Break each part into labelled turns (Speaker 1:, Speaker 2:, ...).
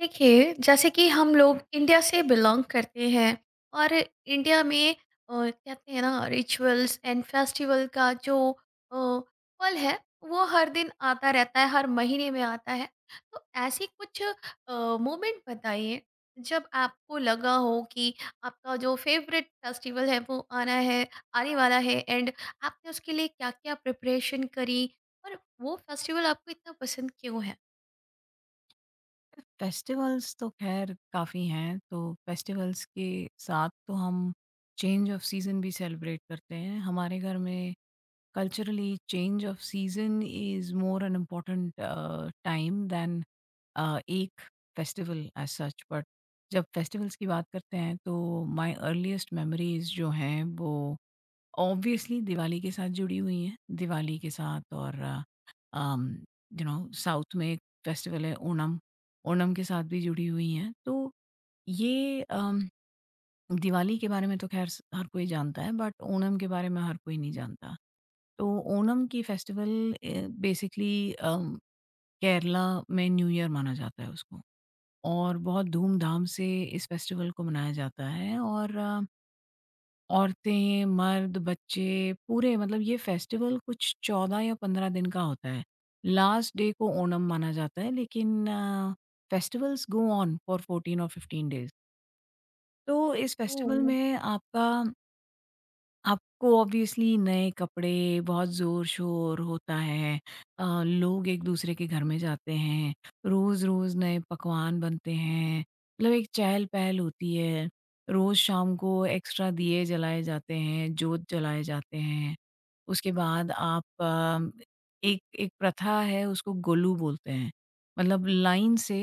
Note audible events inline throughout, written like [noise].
Speaker 1: देखिए जैसे कि हम लोग इंडिया से बिलोंग करते हैं और इंडिया में कहते हैं ना, रिचुअल्स एंड फेस्टिवल का जो पल है, वो हर दिन आता रहता है, हर महीने में आता है। तो ऐसे कुछ मोमेंट बताइए जब आपको लगा हो कि आपका जो फेवरेट फेस्टिवल है वो आना है, आने वाला है, एंड आपने उसके लिए क्या क्या प्रिपरेशन करी और वो फेस्टिवल आपको इतना पसंद क्यों है।
Speaker 2: फेस्टिवल्स तो ख़ैर काफ़ी हैं, तो फेस्टिवल्स के साथ तो हम चेंज ऑफ सीज़न भी सेलिब्रेट करते हैं। हमारे घर में culturally change of season is more an important time than एक फेस्टिवल एज़ सच। बट जब फेस्टिवल्स की बात करते हैं तो माय अर्लीएस्ट मेमोरीज़ जो हैं वो ऑब्वियसली दिवाली के साथ जुड़ी हुई हैं। दिवाली के साथ, और अम, यू नो, साउथ में एक फेस्टिवल है ओणम, ओणम के साथ भी जुड़ी हुई हैं। तो ये दिवाली के बारे में तो ख़ैर स हर कोई जानता है, बट ओणम के बारे में हर कोई नहीं जानता। तो ओणम की फेस्टिवल बेसिकली केरला में न्यू ईयर माना जाता है उसको, और बहुत धूम-धाम से इस फेस्टिवल को मनाया जाता है, और औरतें, मर्द, बच्चे पूरे, मतलब ये फेस्टिवल कुछ 14 या 15 दिन का होता है। लास्ट डे को ओणम माना जाता है, लेकिन फेस्टिवल्स गो ऑन फॉर 14 और 15 डेज़। तो इस फेस्टिवल
Speaker 1: ओह।
Speaker 2: में आपका आपको ऑब्वियसली नए कपड़े, बहुत ज़ोर-शोर होता है, लोग एक-दूसरे के घर में जाते हैं, रोज़-रोज़ नए पकवान बनते हैं, मतलब एक चहल-पहल होती है। रोज़ शाम को एक्स्ट्रा दिए जलाए जाते हैं, जोत जलाए जाते हैं। उसके बाद आप अ, एक एक प्रथा है, उसको गोलू बोलते हैं। मतलब लाइन से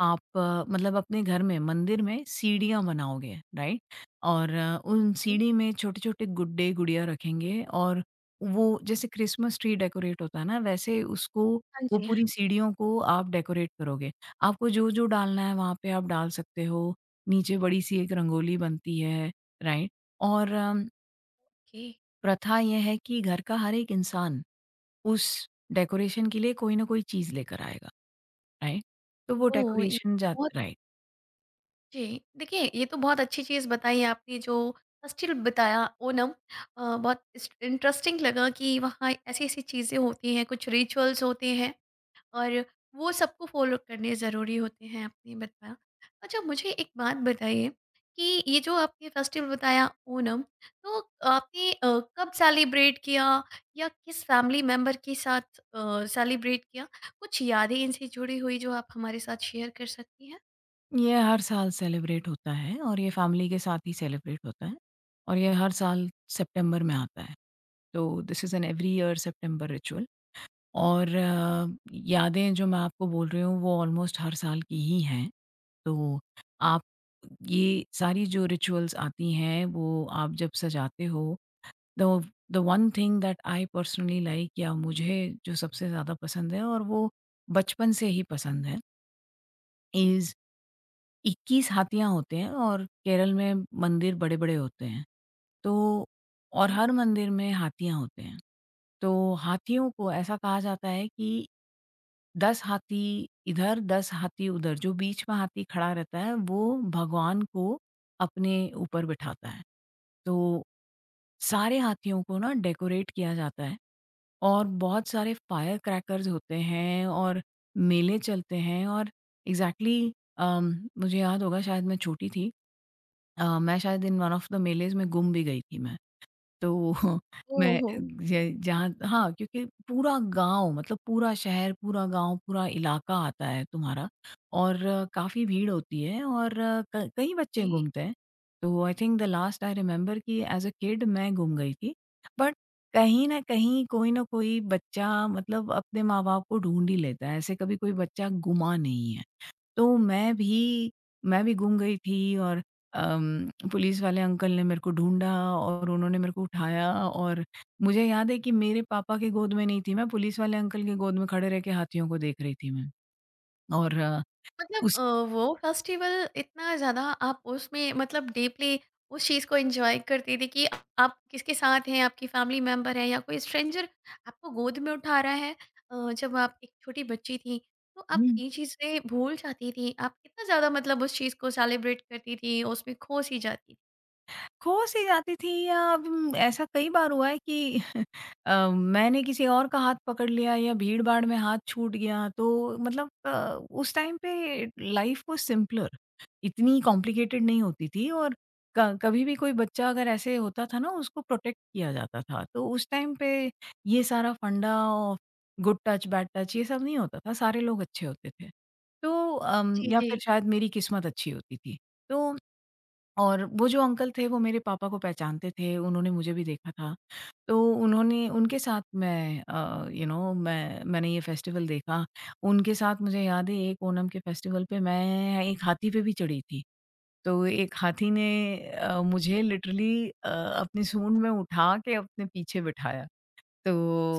Speaker 2: आप मतलब अपने घर में मंदिर में सीढ़ियाँ बनाओगे, राइट? और उन सीढ़ी में छोटे-छोटे गुड्डे, गुड़िया रखेंगे, और वो जैसे क्रिसमस ट्री डेकोरेट होता है ना, वैसे उसको
Speaker 1: हाँ
Speaker 2: वो
Speaker 1: जी, हाँ
Speaker 2: पूरी
Speaker 1: जी।
Speaker 2: सीढ़ियों को आप डेकोरेट करोगे। आपको जो-जो डालना है वहाँ पे आप डाल सकते हो। नीचे बड़ी-सी एक रंगोली बनती है, राइट? और
Speaker 1: ओके।
Speaker 2: प्रथा ये है कि घर का हर एक इंसान उस डेकोरेशन के लिए कोई ना कोई चीज़ लेकर आएगा, राइट? तो वो
Speaker 1: ओह! ये
Speaker 2: डेकोरेशन जा
Speaker 1: बहुत
Speaker 2: राइट।
Speaker 1: अच्छे। देखिए, ये तो बहुत अच्छी चीज़ बताई आपने। जो फ़ेस्टिवल बताया ओणम, बहुत इस इंटरेस्टिंग लगा कि वहाँ ऐसी-ऐसी चीज़ें होती हैं, कुछ रिचुअल्स होते हैं और वो सबको फॉलो करने ज़रूरी होते हैं आपने बताया। अच्छा, मुझे एक बात बताइए कि ये जो आपने फेस्टिवल बताया ओणम, तो आपने कब सेलिब्रेट किया या किस फैमिली मेंबर के साथ सेलिब्रेट किया? कुछ यादें इनसे जुड़ी हुई जो आप हमारे साथ शेयर कर सकती हैं?
Speaker 2: ये हर साल सेलिब्रेट होता है, और ये फैमिली के साथ ही सेलिब्रेट होता है, और ये हर साल सितंबर में आता है। तो this is an every year September ritual, और यादें जो मैं आपको बोल रही हूँ वो ऑलमोस्ट हर साल की ही हैं। तो आप ये सारी जो रिचुअल्स आती हैं वो आप जब सजाते हो, the the one thing that I personally like, या मुझे जो सबसे ज़्यादा पसंद है, और वो बचपन से ही पसंद है, इज़, 21 हाथियाँ होते हैं, और केरल में मंदिर बड़े-बड़े होते हैं। तो और
Speaker 1: जी।
Speaker 2: हर मंदिर में हाथियाँ होते हैं। तो हाथियों को ऐसा कहा जाता है कि 10 हाथी इधर, 10 हाथी उधर, जो बीच में हाथी खड़ा रहता है वो भगवान को अपने ऊपर बिठाता है। तो सारे हाथियों को ना डेकोरेट किया जाता है, और बहुत सारे फायर क्रैकर्स होते हैं, और मेले चलते हैं, और एग्ज़ैक्टली मुझे याद होगा, शायद मैं छोटी थी। मैं शायद in one of the melas में गुम भी गई थी मैं। तो [laughs] मैं
Speaker 1: ओहो!
Speaker 2: ज जहाँ हाँ, क्योंकि पूरा गाँव, मतलब पूरा शहर, पूरा गाँव, पूरा इलाका आता है तुम्हारा, और काफ़ी भीड़ होती है, और अ, क कई बच्चे
Speaker 1: जी।
Speaker 2: घूमते हैं। तो I think the last I remember कि एज़ अ किड मैं गुम गई थी। बट कहीं न कहीं कोई न कोई बच्चा, मतलब अपने माँ-बाप को ढूँढ ही लेता है, ऐसे कभी कोई बच्चा गुमा नहीं है। तो मैं भी गुम गई थी, और पुलिस वाले अंकल ने मेरे को ढूँढा, और उन्होंने मेरे को उठाया, और मुझे याद है कि मेरे पापा की गोद में नहीं थी मैं, पुलिस वाले अंकल की गोद में खड़े रह के हाथियों को देख रही थी मैं, और अ,
Speaker 1: मतलब
Speaker 2: उस
Speaker 1: वो फेस्टिवल इतना ज़्यादा, आप उसमें मतलब डीपली उस चीज़ को एंजॉय करती थी कि आप किसके साथ हैं, आपकी फैमिली मेंबर है या कोई स्ट्रेंजर आपको गोद में उठा रहा है। जब आप एक छोटी बच्ची थी, तो आप ये चीज़ें भूल जाती थी, आप कितना ज़्यादा मतलब उस चीज़ को सेलिब्रेट करती थी, उसमें खो सी जाती थी।
Speaker 2: खो सी जाती थी, या ऐसा कई बार हुआ है कि [laughs] मैंने किसी और का हाथ पकड़ लिया, या भीड़-भाड़ में हाथ छूट गया, तो मतलब उस टाइम पे लाइफ वाज़ सिंपलर, इतनी कॉम्प्लिकेटेड नहीं होती थी, और क कभी भी कोई बच्चा अगर ऐसे होता था ना, उसको प्रोटेक्ट किया जाता था। तो उस टाइम पे ये सारा फंडा, और गुड टच बैड टच, ये सब नहीं होता था, सारे लोग अच्छे होते थे। तो
Speaker 1: जी
Speaker 2: या
Speaker 1: जी।
Speaker 2: फिर शायद मेरी किस्मत अच्छी होती थी। तो और वो जो अंकल थे, वो मेरे पापा को पहचानते थे, उन्होंने मुझे भी देखा था। तो उन्होंने उनके साथ मैं यू नो, मैंने ये फेस्टिवल देखा। उनके साथ मुझे याद है एक ओणम के फेस्टिवल पे मैं एक हाथी पे भी चढ़ी थी। तो एक हाथी ने मुझे लिटरली अपनी सूँड में उठा के अपने पीछे बिठाया।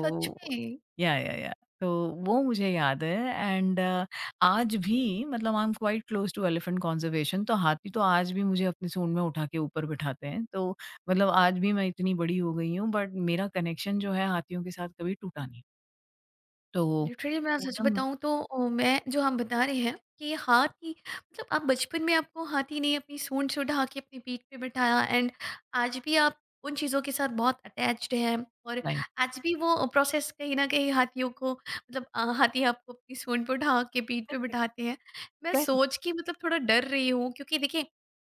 Speaker 1: सच में।
Speaker 2: या, तो वो मुझे याद है, एंड आज भी, मतलब I am quite close to elephant conservation, तो हाथी तो आज भी मुझे अपनी सूंड में उठा के ऊपर बिठाते हैं, तो मतलब आज भी मैं इतनी बड़ी हो गई हूँ, बट मेरा कनेक्शन जो है हाथियों के साथ कभी टूटा नहीं। तो
Speaker 1: लिटरली मैं सच
Speaker 2: पूनम,
Speaker 1: बताऊँ तो मैं जो हम बता रहे हैं कि ये हाथी, मतलब आप बचपन में, आपको हाथी ने अपनी सूंड से उठा के अपनी पीठ पे बिठाया, एंड आज भी आप उन चीज़ों के साथ बहुत अटैच्ड हैं और
Speaker 2: लाइन,
Speaker 1: आज भी वो प्रोसेस कहीं ना कहीं, हाथियों को मतलब हाथी आपको अपनी सूंड पे उठा के पीठ पे बिठाते हैं। मैं
Speaker 2: करेक्ट,
Speaker 1: सोच के मतलब थोड़ा डर रही हूँ क्योंकि देखिए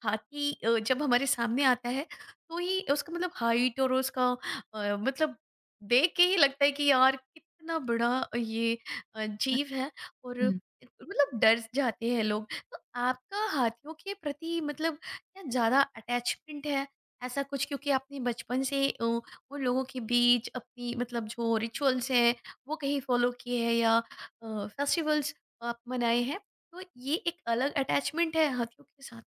Speaker 1: हाथी जब हमारे सामने आता है, तो ही उसका मतलब हाइट और उसका मतलब देख के ही लगता है कि यार कितना बड़ा ये जीव है और मतलब डर जाते हैं लोग। तो आपका हाथियों के प्रति मतलब क्या ज्यादा अटैचमेंट है ऐसा कुछ, क्योंकि आपने बचपन से उन लोगों के बीच अपनी मतलब जो रिचुअल्स हैं वो कहीं फॉलो किए हैं या फेस्टिवल्स आप मनाए हैं, तो ये एक अलग अटैचमेंट है हाथियों के साथ।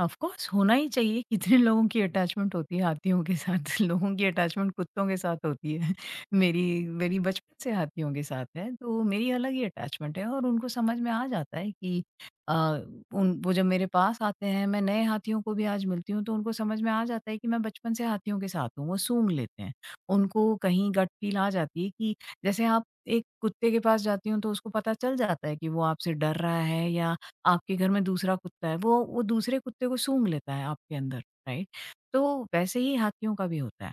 Speaker 2: ऑफ कोर्स होना ही चाहिए। कितने लोगों की अटैचमेंट होती है हाथियों के साथ, [laughs] लोगों की अटैचमेंट कुत्तों के साथ होती है। [laughs] मेरी मेरी बचपन से हाथियों के साथ है, तो मेरी अलग ही अटैचमेंट है, और उनको समझ में आ जाता है कि अ, उन वो जब मेरे पास आते हैं, मैं नए हाथियों को भी आज मिलती हूँ, तो उनको समझ में आ जाता है कि मैं बचपन से हाथियों के साथ हूँ। वो सूँघ लेते हैं, उनको कहीं गट फ़ील आ जाती है कि जैसे आप एक कुत्ते के पास जाती हूँ, तो उसको पता चल जाता है कि वो आपसे डर रहा है, या आपके घर में दूसरा कुत्ता है, वो दूसरे कुत्ते को सूँघ लेता है आपके अंदर, राइट? तो वैसे ही हाथियों का भी होता है।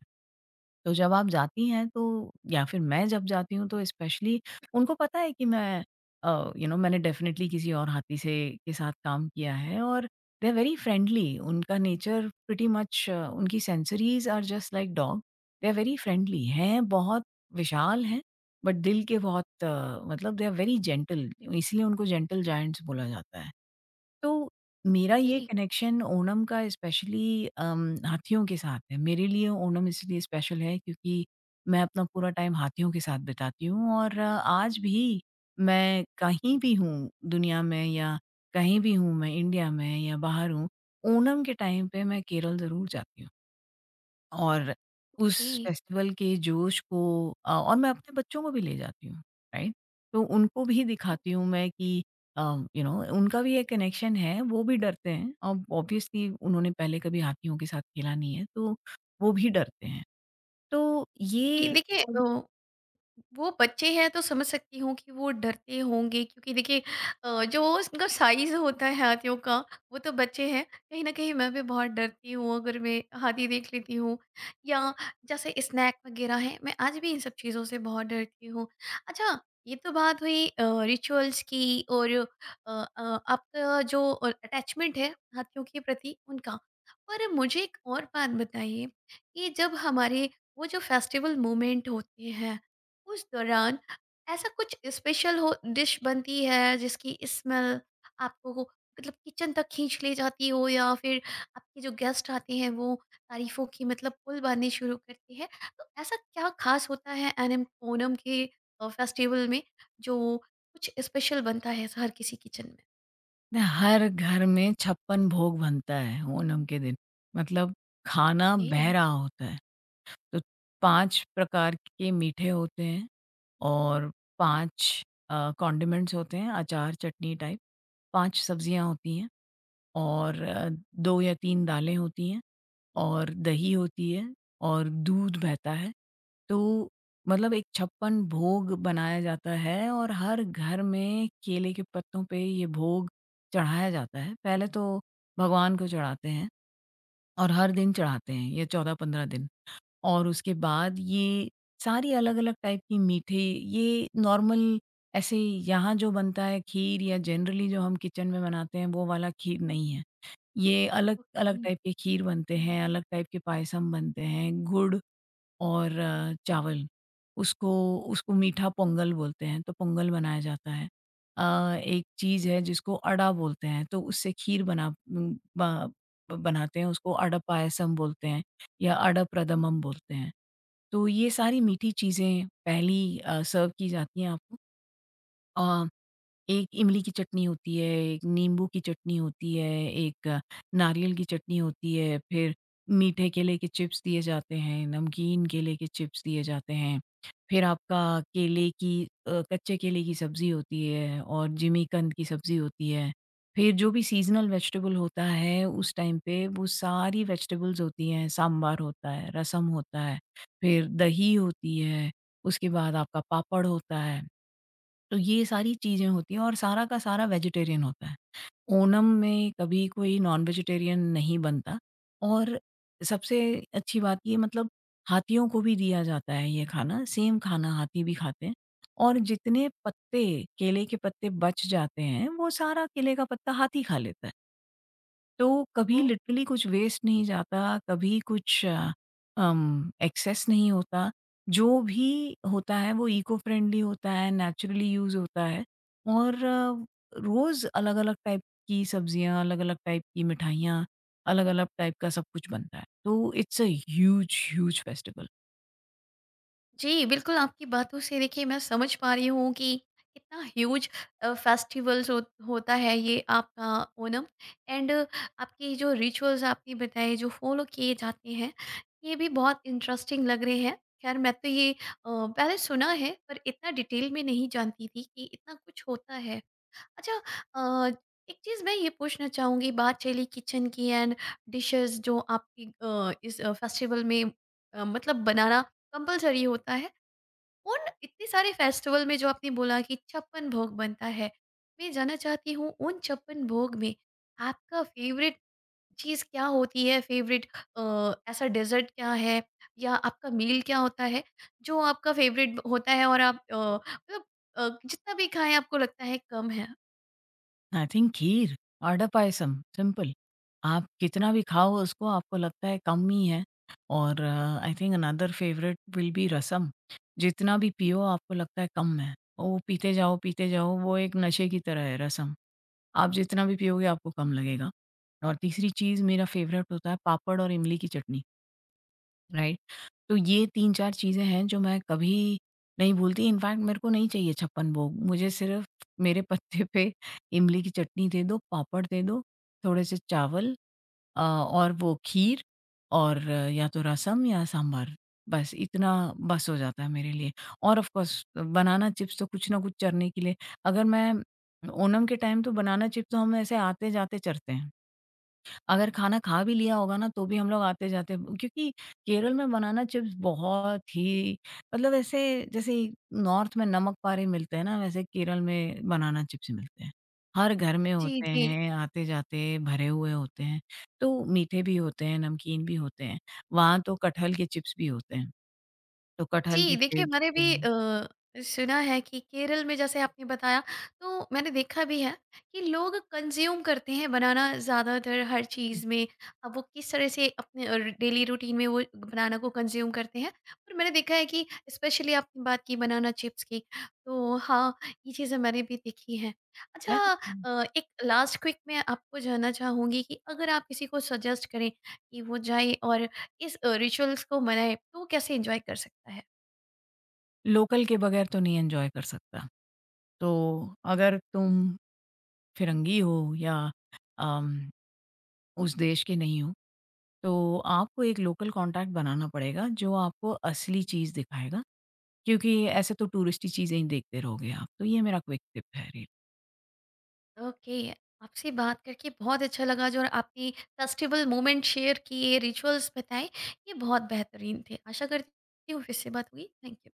Speaker 2: तो जब आप जाती हैं तो, या फिर मैं जब जाती हूँ तो स्पेशली उनको पता है कि मैं, यू नो, मैंने डेफ़िनिटली किसी और हाथी से के साथ काम किया है, और दे आर वेरी फ्रेंडली, उनका नेचर प्रीटी मच, उनकी sensories are just like dog. They are very friendly हैं, बहुत विशाल हैं, बट दिल के बहुत मतलब दे आर वेरी जेंटल, इसलिए उनको जेंटल जायंट्स बोला जाता है। तो मेरा
Speaker 1: ओके।
Speaker 2: ये कनेक्शन ओणम का स्पेशली हाथियों के साथ है। मेरे लिए ओणम इसलिए स्पेशल है क्योंकि मैं अपना पूरा टाइम हाथियों के साथ बिताती हूँ, और आज भी मैं कहीं भी हूँ दुनिया में, या कहीं भी हूँ मैं इंडिया में या बाहर हूँ, ओणम के टाइम पे मैं केरल ज़रूर जाती हूँ। और उस
Speaker 1: ओके।
Speaker 2: फेस्टिवल के जोश को और मैं अपने बच्चों को भी ले जाती हूँ, राइट? तो उनको भी दिखाती हूँ मैं कि अ, यू नो, उनका भी एक कनेक्शन है, वो भी डरते हैं, और ऑब्वियसली उन्होंने पहले कभी हाथियों के साथ खेला नहीं है, तो वो भी डरते हैं। तो
Speaker 1: ओके,
Speaker 2: ये
Speaker 1: देखिए
Speaker 2: सब।
Speaker 1: वो बच्चे हैं तो समझ सकती हूँ कि वो डरते होंगे, क्योंकि देखिए जो उनका साइज होता है हाथियों का, वो तो बच्चे हैं। कहीं ना कहीं मैं भी बहुत डरती हूँ अगर मैं हाथी देख लेती हूँ, या जैसे स्नैक वगैरह है, मैं आज भी इन सब चीज़ों से बहुत डरती हूँ। अच्छा, ये तो बात हुई रिचुअल्स की और अ, आपका जो अटैचमेंट है हाथियों के प्रति उनका। पर मुझे एक और बात बताइए कि जब हमारे वो जो फेस्टिवल मोमेंट होते हैं, उस दौरान ऐसा कुछ स्पेशल हो, डिश बनती है जिसकी स्मेल आपको मतलब किचन तक खींच ले जाती हो, या फिर आपके जो गेस्ट आते हैं वो तारीफों की मतलब पुल बांधनी शुरू करते हैं। तो ऐसा क्या खास होता है एनम, ओनम के फेस्टिवल में जो कुछ स्पेशल बनता है हर किसी किचन में?
Speaker 2: हर घर में 56 भोग बनता है ओणम के दिन, मतलब खाना बह रहा होता है। तो 5 प्रकार के मीठे होते हैं। और 5 कॉन्डिमेंट्स होते हैं, अचार, चटनी टाइप, 5 सब्ज़ियाँ होती हैं, और 2 या 3 दालें होती हैं, और दही होती है, और दूध बहता है। तो मतलब एक 56 भोग बनाया जाता है, और हर घर में केले के पत्तों पे ये भोग चढ़ाया जाता है। पहले तो भगवान को चढ़ाते हैं, और हर दिन चढ़ाते हैं, ये 14-15 दिन। और उसके बाद ये सारी अलग-अलग टाइप की मीठे, ये नॉर्मल ऐसे यहाँ जो बनता है खीर, या जनरली जो हम किचन में बनाते हैं, वो वाला खीर नहीं है। ये अलग-अलग
Speaker 1: ओके।
Speaker 2: टाइप के खीर बनते हैं, अलग टाइप के पायसम बनते हैं, गुड़ और चावल। उसको उसको मीठा पोंगल बोलते हैं, तो पोंगल बनाया जाता है। एक चीज़ है जिसको अड़ा बोलते हैं, तो उससे खीर बना उम, ब बनाते हैं, उसको अड़ा पायसम बोलते हैं, या अड़ा प्रदमम बोलते हैं। तो ये सारी मीठी चीज़ें पहली सर्व की जाती हैं आपको। एक इमली की चटनी होती है, एक नींबू की चटनी होती है, एक नारियल की चटनी होती है, फिर मीठे केले के चिप्स दिए जाते हैं, नमकीन केले के चिप्स दिए जाते हैं। फिर आपका केले की कच्चे केले की सब्ज़ी होती है, और जिमीकंद की सब्ज़ी होती है। फिर जो भी सीज़नल वेजिटेबल होता है उस टाइम पे, वो सारी वेजिटेबल्स होती हैं, सांभर होता है, रसम होता है, फिर दही होती है, उसके बाद आपका पापड़ होता है। तो ये सारी चीज़ें होती हैं, और सारा का सारा वेजिटेरियन होता है। ओणम में कभी कोई नॉन वेजिटेरियन नहीं बनता, और सबसे अच्छी बात ये, मतलब हाथियों को भी दिया जाता है ये खाना, सेम खाना हाथी भी खाते हैं, और जितने पत्ते, केले के पत्ते बच जाते हैं, वो सारा केले का पत्ता हाथी खा लेता है। तो कभी लिटरली कुछ वेस्ट नहीं जाता, कभी कुछ एक्सेस नहीं होता। जो भी होता है वो इको फ्रेंडली होता है, नेचुरली यूज़ होता है, और रोज़ अलग-अलग टाइप की सब्जियाँ, अलग-अलग टाइप की मिठाइयाँ, अलग-अलग टाइप का सब कुछ बनता है। तो it's a huge, huge festival.
Speaker 1: जी, बिल्कुल, आपकी बातों से देखिए मैं समझ पा रही हूँ कि कितना ह्यूज फेस्टिवल्स हो होता है ये आपका ओणम, एंड आपके जो रिचुअल्स आपने बताए जो फॉलो किए जाते हैं, ये भी बहुत इंटरेस्टिंग लग रहे हैं। खैर मैं तो ये पहले सुना है पर इतना डिटेल में नहीं जानती थी कि इतना कुछ होता है। अच्छा अ, एक चीज़ मैं ये पूछना चाहूँगी। बात चली किचन की एंड डिशेज़ जो आपकी इस फेस्टिवल में मतलब बनाना कंपल्सरी होता है। उन इतने सारे फेस्टिवल में जो आपने बोला कि छप्पन भोग बनता है, मैं जानना चाहती हूँ उन छप्पन भोग में आपका फेवरेट चीज़ क्या होती है, फेवरेट ऐसा डेजर्ट क्या है या आपका मील क्या होता है जो आपका फेवरेट होता है और आप मतलब जितना भी खाएं आपको लगता है कम है।
Speaker 2: आई थिंक खीर, आटा पायसम, सिंपल। आप कितना भी खाओ उसको, आपको लगता है कम ही है। और I think another favourite will be rasam. जितना भी पियो आपको लगता है कम है। वो पीते जाओ, पीते जाओ, वो एक नशे की तरह है रसम। आप जितना भी पियोगे आपको कम लगेगा। और तीसरी चीज़ मेरा फेवरेट होता है पापड़ और इमली की चटनी, राइट? तो ये 3-4 चीज़ें हैं जो मैं कभी नहीं भूलती, इनफैक्ट मेरे को नहीं चाहिए 56 भोग, मुझे सिर्फ़ मेरे पत्ते पे इमली की चटनी दे दो, पापड़ दे दो, थोड़े से चावल और वो खीर, और या तो रसम या सांभर, बस इतना, बस हो जाता है मेरे लिए। और ऑफ़ कोर्स बनाना चिप्स तो कुछ ना कुछ चरने के लिए, अगर मैं ओणम के टाइम, तो बनाना चिप्स तो हम ऐसे आते-जाते चरते हैं। अगर खाना खा भी लिया होगा ना, तो भी हम लोग आते-जाते, क्योंकि केरल में बनाना चिप्स बहुत ही, मतलब ऐसे जैसे नॉर्थ में नमक पारे मिलते हैं ना, वैसे केरल में बनाना चिप्स मिलते हैं। हर घर में
Speaker 1: जी
Speaker 2: होते
Speaker 1: जी।
Speaker 2: हैं, आते-जाते भरे हुए होते हैं। तो मीठे भी होते हैं, नमकीन भी होते हैं। वहाँ तो कटहल के चिप्स भी होते हैं। तो कटहल
Speaker 1: जी,
Speaker 2: के
Speaker 1: देखिए
Speaker 2: चिप्स
Speaker 1: मैंने भी सुना है कि केरल में, जैसे आपने बताया, तो मैंने देखा भी है कि लोग कंज़्यूम करते हैं बनाना ज़्यादातर हर चीज़ में। अब वो किस तरह से अपने डेली रूटीन में वो बनाना को कंज़्यूम करते हैं। और मैंने देखा है कि स्पेशली आपने बात की बनाना चिप्स की, तो हाँ, ये चीज़ें मैंने भी देखी हैं। अच्छा एक लास्ट क्विक मैं आपको जानना चाहूँगी कि अगर आप किसी को सजेस्ट करें कि वो जाए और इस रिचुअल्स को मनाए, तो वो कैसे एन्जॉय कर सकता है?
Speaker 2: लोकल के बगैर तो नहीं एन्जॉय कर सकता। तो अगर तुम फिरंगी हो, या अम उस देश के नहीं हो, तो आपको एक लोकल कॉन्टैक्ट बनाना पड़ेगा जो आपको असली चीज़ दिखाएगा, क्योंकि ऐसे तो टूरिस्टी चीज़ें ही देखते रहोगे आप, तो ये मेरा क्विक टिप है।
Speaker 1: ओके, आपसे बात करके बहुत अच्छा लगा जो आपने फेस्टिवल मोमेंट शेयर किए, रिचुअल्स बताए, ये बहुत बेहतरीन थे। आशा करती हूँ फिर से बात हुई। Thank you.